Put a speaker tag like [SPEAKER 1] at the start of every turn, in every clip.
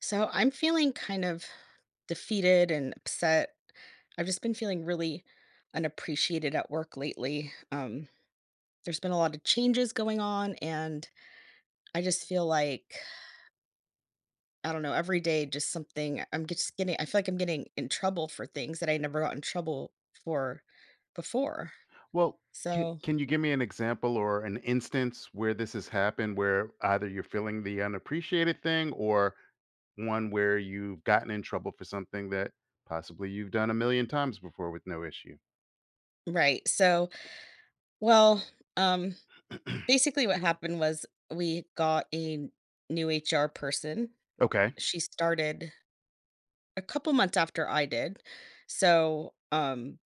[SPEAKER 1] So I'm feeling kind of defeated and upset. I've just been feeling really unappreciated at work lately. There's been a lot of changes going on, and I just feel like I don't know. Every day, just something. I'm just getting. I feel like I'm getting in trouble for things that I never got in trouble for before.
[SPEAKER 2] Well, can
[SPEAKER 1] So
[SPEAKER 2] can you give me an example or an instance where this has happened where either you're feeling the unappreciated thing or one where you've gotten in trouble for something that possibly you've done a million times before with no issue?
[SPEAKER 1] right. Well, um, Basically, what happened was we got a new HR person.
[SPEAKER 2] Okay.
[SPEAKER 1] She started a couple months after I did. So, um,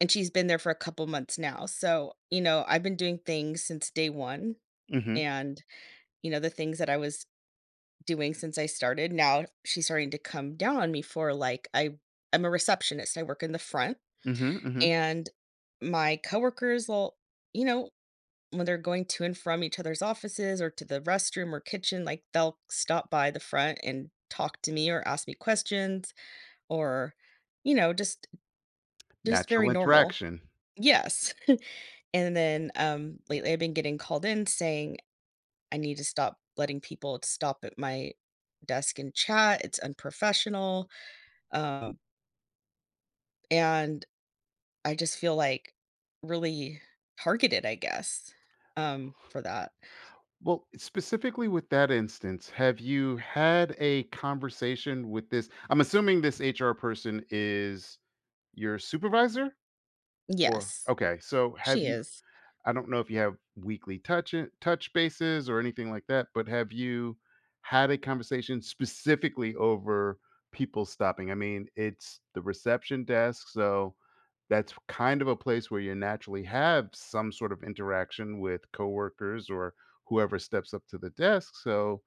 [SPEAKER 1] and she's been there for a couple months now. So, you know, I've been doing things since day one.
[SPEAKER 2] Mhm.
[SPEAKER 1] And, you know, the things that I was doing since I started, now she's starting to come down on me for like, I'm a receptionist, I work in the front.
[SPEAKER 2] Mhm. Mhm.
[SPEAKER 1] And my coworkers will, you know, when they're going to and from each other's offices or to the restroom or kitchen, like they'll stop by the front and talk to me or ask me questions or, you know, just Just
[SPEAKER 2] Natural
[SPEAKER 1] very normal.
[SPEAKER 2] interaction.
[SPEAKER 1] Yes. And then, lately I've been getting called in saying, "I need to stop letting people stop at my desk and chat. It's unprofessional." Um, and I just feel, like, really targeted, I guess, for that.
[SPEAKER 2] Well, specifically with that instance, have you had a conversation with this? I'm assuming this HR person is your supervisor or
[SPEAKER 1] Yes,
[SPEAKER 2] okay. So have
[SPEAKER 1] she
[SPEAKER 2] you,
[SPEAKER 1] is.
[SPEAKER 2] I don't know if you have weekly touch bases or anything like that, but have you had a conversation specifically over people stopping? I mean, it's the reception desk, so that's kind of a place where you naturally have some sort of interaction with coworkers or whoever steps up to the desk. So,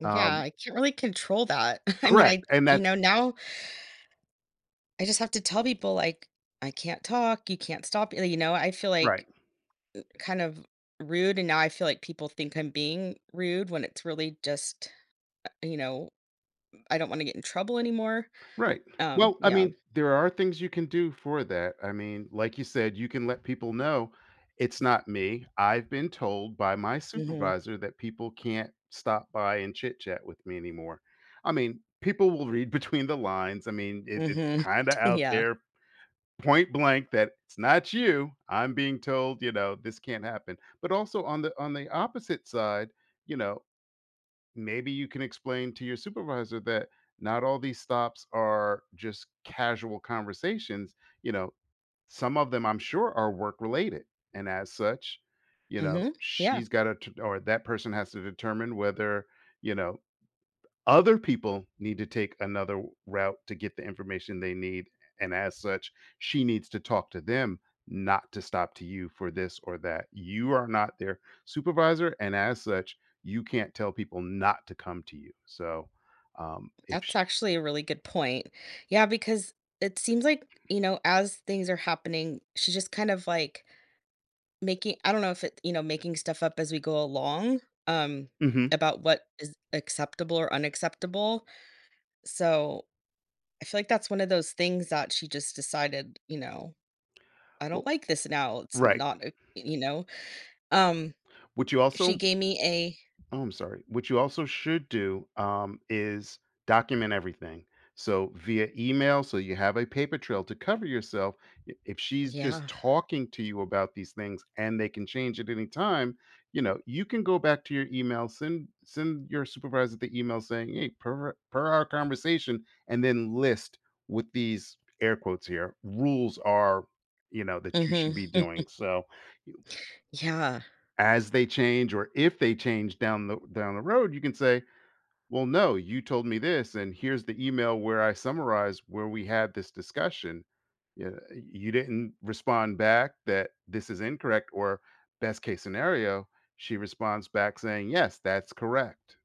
[SPEAKER 1] Yeah,
[SPEAKER 2] um,
[SPEAKER 1] I can't really control that. I mean,
[SPEAKER 2] correct,
[SPEAKER 1] I
[SPEAKER 2] and
[SPEAKER 1] you
[SPEAKER 2] that's
[SPEAKER 1] know, now I just have to tell people, like, "I can't talk, you can't stop," you know, I feel
[SPEAKER 2] right.
[SPEAKER 1] like kind of rude, and now I feel like people think I'm being rude when it's really just, you know, I don't wanna get in trouble anymore.
[SPEAKER 2] Right. Well, I
[SPEAKER 1] Yeah.
[SPEAKER 2] mean, there are things you can do for that. I mean, like you said, you can let people know it's not me. I've been told by my
[SPEAKER 1] Mhm.
[SPEAKER 2] supervisor that people can't stop by and chit chat with me anymore. I mean, people will read between the lines. I mean, it's
[SPEAKER 1] Mhm.
[SPEAKER 2] kind of out
[SPEAKER 1] Yeah.
[SPEAKER 2] there, point blank, that it's not you. I'm being told, you know, this can't happen. But also on the opposite side, you know, maybe you can explain to your supervisor that not all these stops are just casual conversations. You know, some of them I'm sure are work related. And as such, you know,
[SPEAKER 1] Mhm. Yeah.
[SPEAKER 2] she's got to, or that person has to determine whether, you know, other people need to take another route to get the information they need, and as such, she needs to talk to them, not to stop to you for this or that. You are not their supervisor, and as such, you can't tell people not to come to you. So, if sh
[SPEAKER 1] That's actually a really good point. Yeah, because it seems like, you know, as things are happening, she's just kind of like making I don't know if it you know, making stuff up as we go along, um,
[SPEAKER 2] mhm,
[SPEAKER 1] about what is acceptable or unacceptable. So, I feel like that's one of those things that she just decided, you know I don't
[SPEAKER 2] well,
[SPEAKER 1] like this now, it's
[SPEAKER 2] right.
[SPEAKER 1] not a you know? Um,
[SPEAKER 2] What you
[SPEAKER 1] she
[SPEAKER 2] also
[SPEAKER 1] gave me a
[SPEAKER 2] Oh, I'm sorry. What you also should do, is document everything. So via email, so you have a paper trail to cover yourself. I- If she's just
[SPEAKER 1] Yeah.
[SPEAKER 2] talking to you about these things and they can change at any time, you know, you can go back to your email, send your supervisor the email saying, "Hey, per our conversation," and then list what these air quotes here rules are, you know, that you should
[SPEAKER 1] Mhm.
[SPEAKER 2] be doing. So
[SPEAKER 1] Yeah.
[SPEAKER 2] as they change or if they change down the road, you can say, "Well, no, you told me this, and here's the email where I summarize where we had this discussion. Yeah, you didn't respond back that this is incorrect, or best case scenario, she responds back saying, "Yes, that's correct."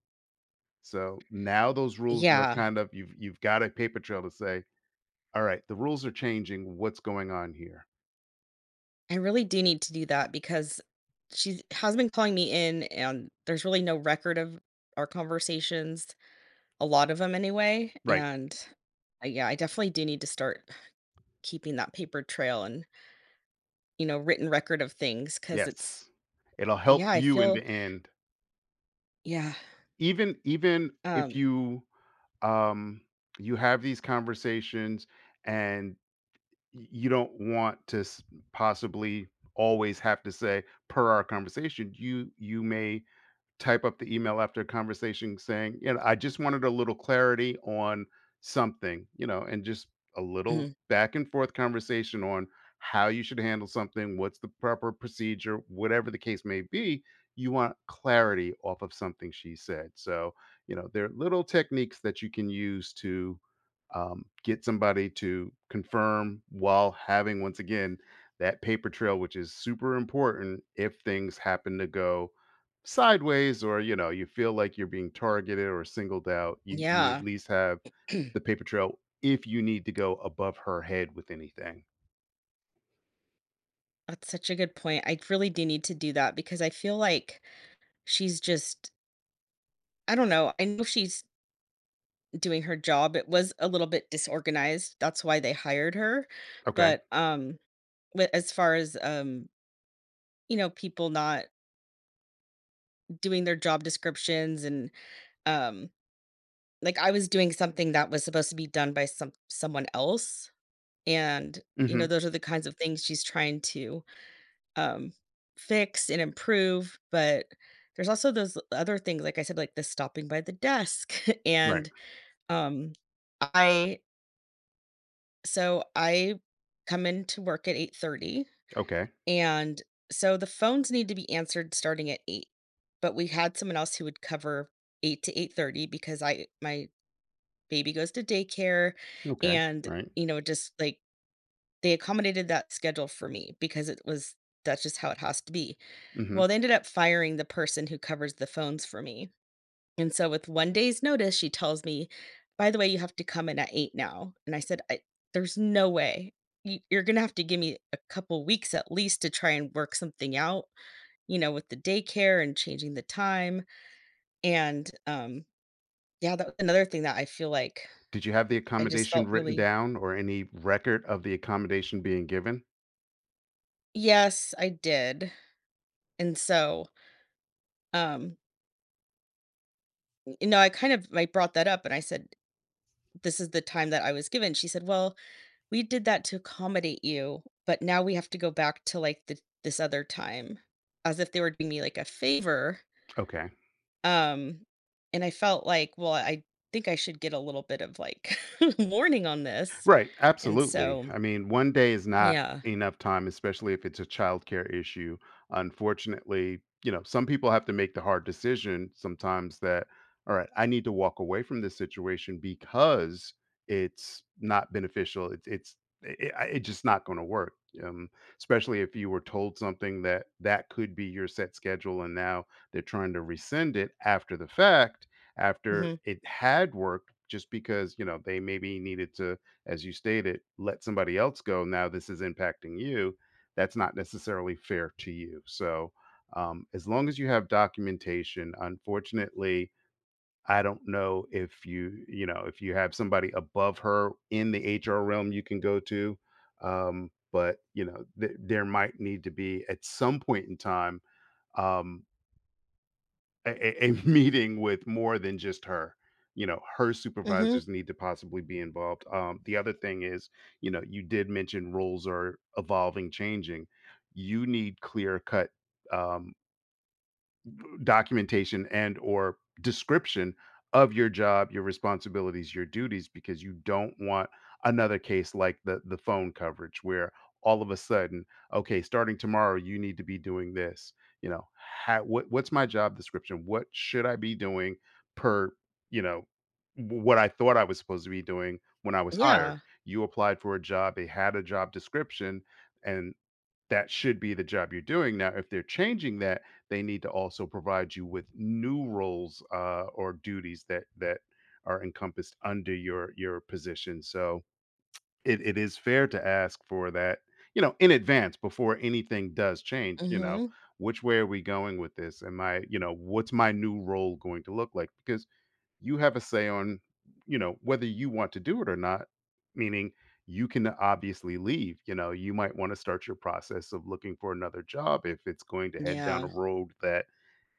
[SPEAKER 2] So now those rules are
[SPEAKER 1] Yeah.
[SPEAKER 2] kind of, you've got a paper trail to say, "All right, the rules are changing. What's going on here?"
[SPEAKER 1] I really do need to do that because she has been calling me in, and there's really no record of our conversations, a lot of them, anyway,
[SPEAKER 2] Right.
[SPEAKER 1] and yeah, I definitely do need to start keeping that paper trail and, you know, written record of things because it's
[SPEAKER 2] Yes. It'll help
[SPEAKER 1] Yeah, I
[SPEAKER 2] you in the
[SPEAKER 1] feel
[SPEAKER 2] end.
[SPEAKER 1] Yeah.
[SPEAKER 2] Even if
[SPEAKER 1] Um
[SPEAKER 2] you, um, you have these conversations and, y you don't want to s, possibly always have to say, "Per our conversation," you may type up the email after a conversation saying, you know, I just wanted a little clarity on something, you know, and just a little
[SPEAKER 1] Mhm.
[SPEAKER 2] back and forth conversation on how you should handle something, what's the proper procedure, whatever the case may be. You want clarity off of something she said. So, you know, there are little techniques that you can use to, get somebody to confirm while having, once again, that paper trail, which is super important if things happen to go sideways, or you know, you feel like you're being targeted or singled out. You at
[SPEAKER 1] Yeah.
[SPEAKER 2] least have the paper trail if you need to go above her head with anything.
[SPEAKER 1] That's such a good point. I really do need to do that because I feel like she's just I don't know. I know she's doing her job. It was a little bit disorganized. That's why they hired her.
[SPEAKER 2] Okay.
[SPEAKER 1] But As far as you know, people not doing their job descriptions and um like I was doing something that was supposed to be done by someone else and you know,
[SPEAKER 2] Hmm.
[SPEAKER 1] those are the kinds of things she's trying to um, fix and improve, but there's also those other things, like I said, like the stopping by the desk.
[SPEAKER 2] Right.
[SPEAKER 1] And um, I, I come into work at 8:30,
[SPEAKER 2] Okay.
[SPEAKER 1] and so the phones need to be answered starting at 8. But we had someone else who would cover 8 to 8:30 because I my baby goes to daycare,
[SPEAKER 2] Okay.
[SPEAKER 1] and
[SPEAKER 2] Right.
[SPEAKER 1] you know, just like they accommodated that schedule for me because it was that's just how it has to be.
[SPEAKER 2] Hmm.
[SPEAKER 1] Well, they ended up firing the person who covers the phones for me. And so with 1 day's notice, she tells me, "By the way, you have to come in at 8 now." And I said, "I there's no way. You you're gonna have to give me a couple weeks at least to try and work something out, you know, with the daycare and changing the time." And yeah, that was another thing that I feel like
[SPEAKER 2] Did you have the
[SPEAKER 1] I just
[SPEAKER 2] accommodation
[SPEAKER 1] felt
[SPEAKER 2] written
[SPEAKER 1] really
[SPEAKER 2] down or any record of the accommodation being given?
[SPEAKER 1] Yes, I did. And so, um, you know, I brought that up and I said, "This is the time that I was given." She said, "Well, we did that to accommodate you, but now we have to go back to, like, the this other time," as if they were doing me, like, a favor,
[SPEAKER 2] Okay.
[SPEAKER 1] um, and I felt like, well, I think I should get a little bit of, like, warning on this,
[SPEAKER 2] Right,
[SPEAKER 1] and
[SPEAKER 2] absolutely.
[SPEAKER 1] so
[SPEAKER 2] I mean, one day is not
[SPEAKER 1] yeah.
[SPEAKER 2] enough time, especially if it's a childcare issue. Unfortunately, you know, some people have to make the hard decision sometimes that, all right, I need to walk away from this situation because it's not beneficial. It's just not going to work. Um, Especially if you were told something that could be your set schedule, and now they're trying to rescind it after the fact, after
[SPEAKER 1] Mhm.
[SPEAKER 2] it had worked, just because you know they maybe needed to, as you stated, let somebody else go. Now this is impacting you. That's not necessarily fair to you. So, as long as you have documentation, unfortunately, I don't know if you, you know, if you have somebody above her in the HR realm you can go to. But, you know, th- there might need to be at some point in time, um, a meeting with more than just her. You know, her
[SPEAKER 1] Mhm.
[SPEAKER 2] supervisors need to possibly be involved. The other thing is, you know, you did mention rules are evolving, changing. You need clear cut, um, documentation and or description of your job, your responsibilities, your duties, because you don't want another case like the phone coverage where all of a sudden, okay, starting tomorrow, you need to be doing this. You know, how, what's my job description? What should I be doing per, you know, w- what I thought I was supposed to be doing when I was hired?
[SPEAKER 1] Yeah.
[SPEAKER 2] You applied for a job, they had a job description, and that should be the job you're doing. Now, if they're changing that, they need to also provide you with new roles, or duties that are encompassed under your position. So, it is fair to ask for that, you know, in advance before anything does change. You know,
[SPEAKER 1] Mhm.
[SPEAKER 2] which way are we going with this? Am I, you know, what's my new role going to look like? Because you have a say on, you know, whether you want to do it or not, meaning you can obviously leave. You know, you might want to start your process of looking for another job if it's going to head down a
[SPEAKER 1] Yeah.
[SPEAKER 2] road that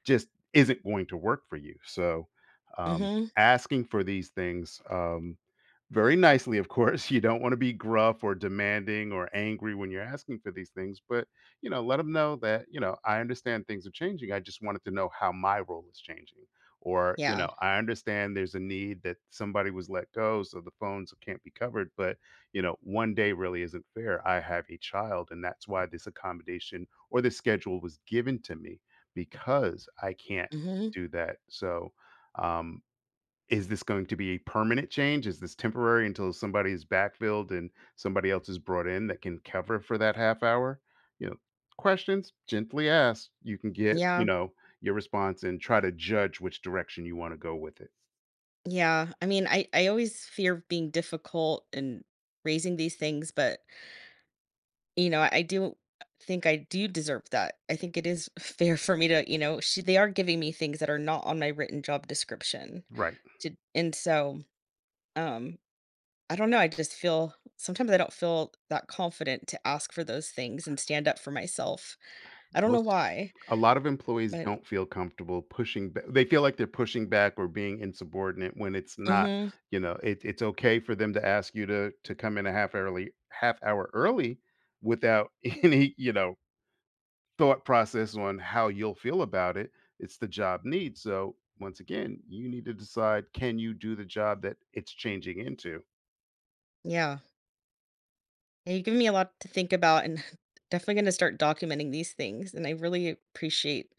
[SPEAKER 2] just isn't going to work for you. So, um,
[SPEAKER 1] Mhm.
[SPEAKER 2] asking for these things, very nicely, of course. You don't want to be gruff or demanding or angry when you're asking for these things, but you know, let them know that, you know, I understand things are changing. I just wanted to know how my role is changing, or you
[SPEAKER 1] Yeah.
[SPEAKER 2] know, I understand there's a need that somebody was let go, so the phones can't be covered. But you know, one day really isn't fair. I have a child, and that's why this accommodation or this schedule was given to me because I can't
[SPEAKER 1] Mhm.
[SPEAKER 2] do that. So, um, is this going to be a permanent change? Is this temporary until somebody is backfilled and somebody else is brought in that can cover for that half hour? You know, questions gently asked, you can get, you
[SPEAKER 1] Yeah.
[SPEAKER 2] know, your response and try to judge which direction you want to go with it.
[SPEAKER 1] Yeah. I mean, I always fear being difficult and raising these things, but you know, I do think I do deserve that. I think it is fair for me to, you know, she they are giving me things that are not on my written job description.
[SPEAKER 2] Right.
[SPEAKER 1] To and so, um, I don't know, I just feel sometimes I don't feel that confident to ask for those things and stand up for myself. I don't know
[SPEAKER 2] Most
[SPEAKER 1] why,
[SPEAKER 2] A lot of employees
[SPEAKER 1] but
[SPEAKER 2] don't feel comfortable pushing ba, they feel like they're pushing back or being insubordinate when it's not,
[SPEAKER 1] mhm,
[SPEAKER 2] you know, it it's okay for them to ask you to come in a half early, half hour early, without any, you know, thought process on how you'll feel about it. It's the job needs. So, once again, you need to decide, can you do the job that it's changing into?
[SPEAKER 1] yeah. Yeah, you give me a lot to think about and definitely gonna start documenting these things, and I really appreciate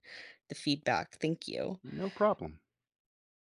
[SPEAKER 1] the feedback. Thank you.
[SPEAKER 2] No problem.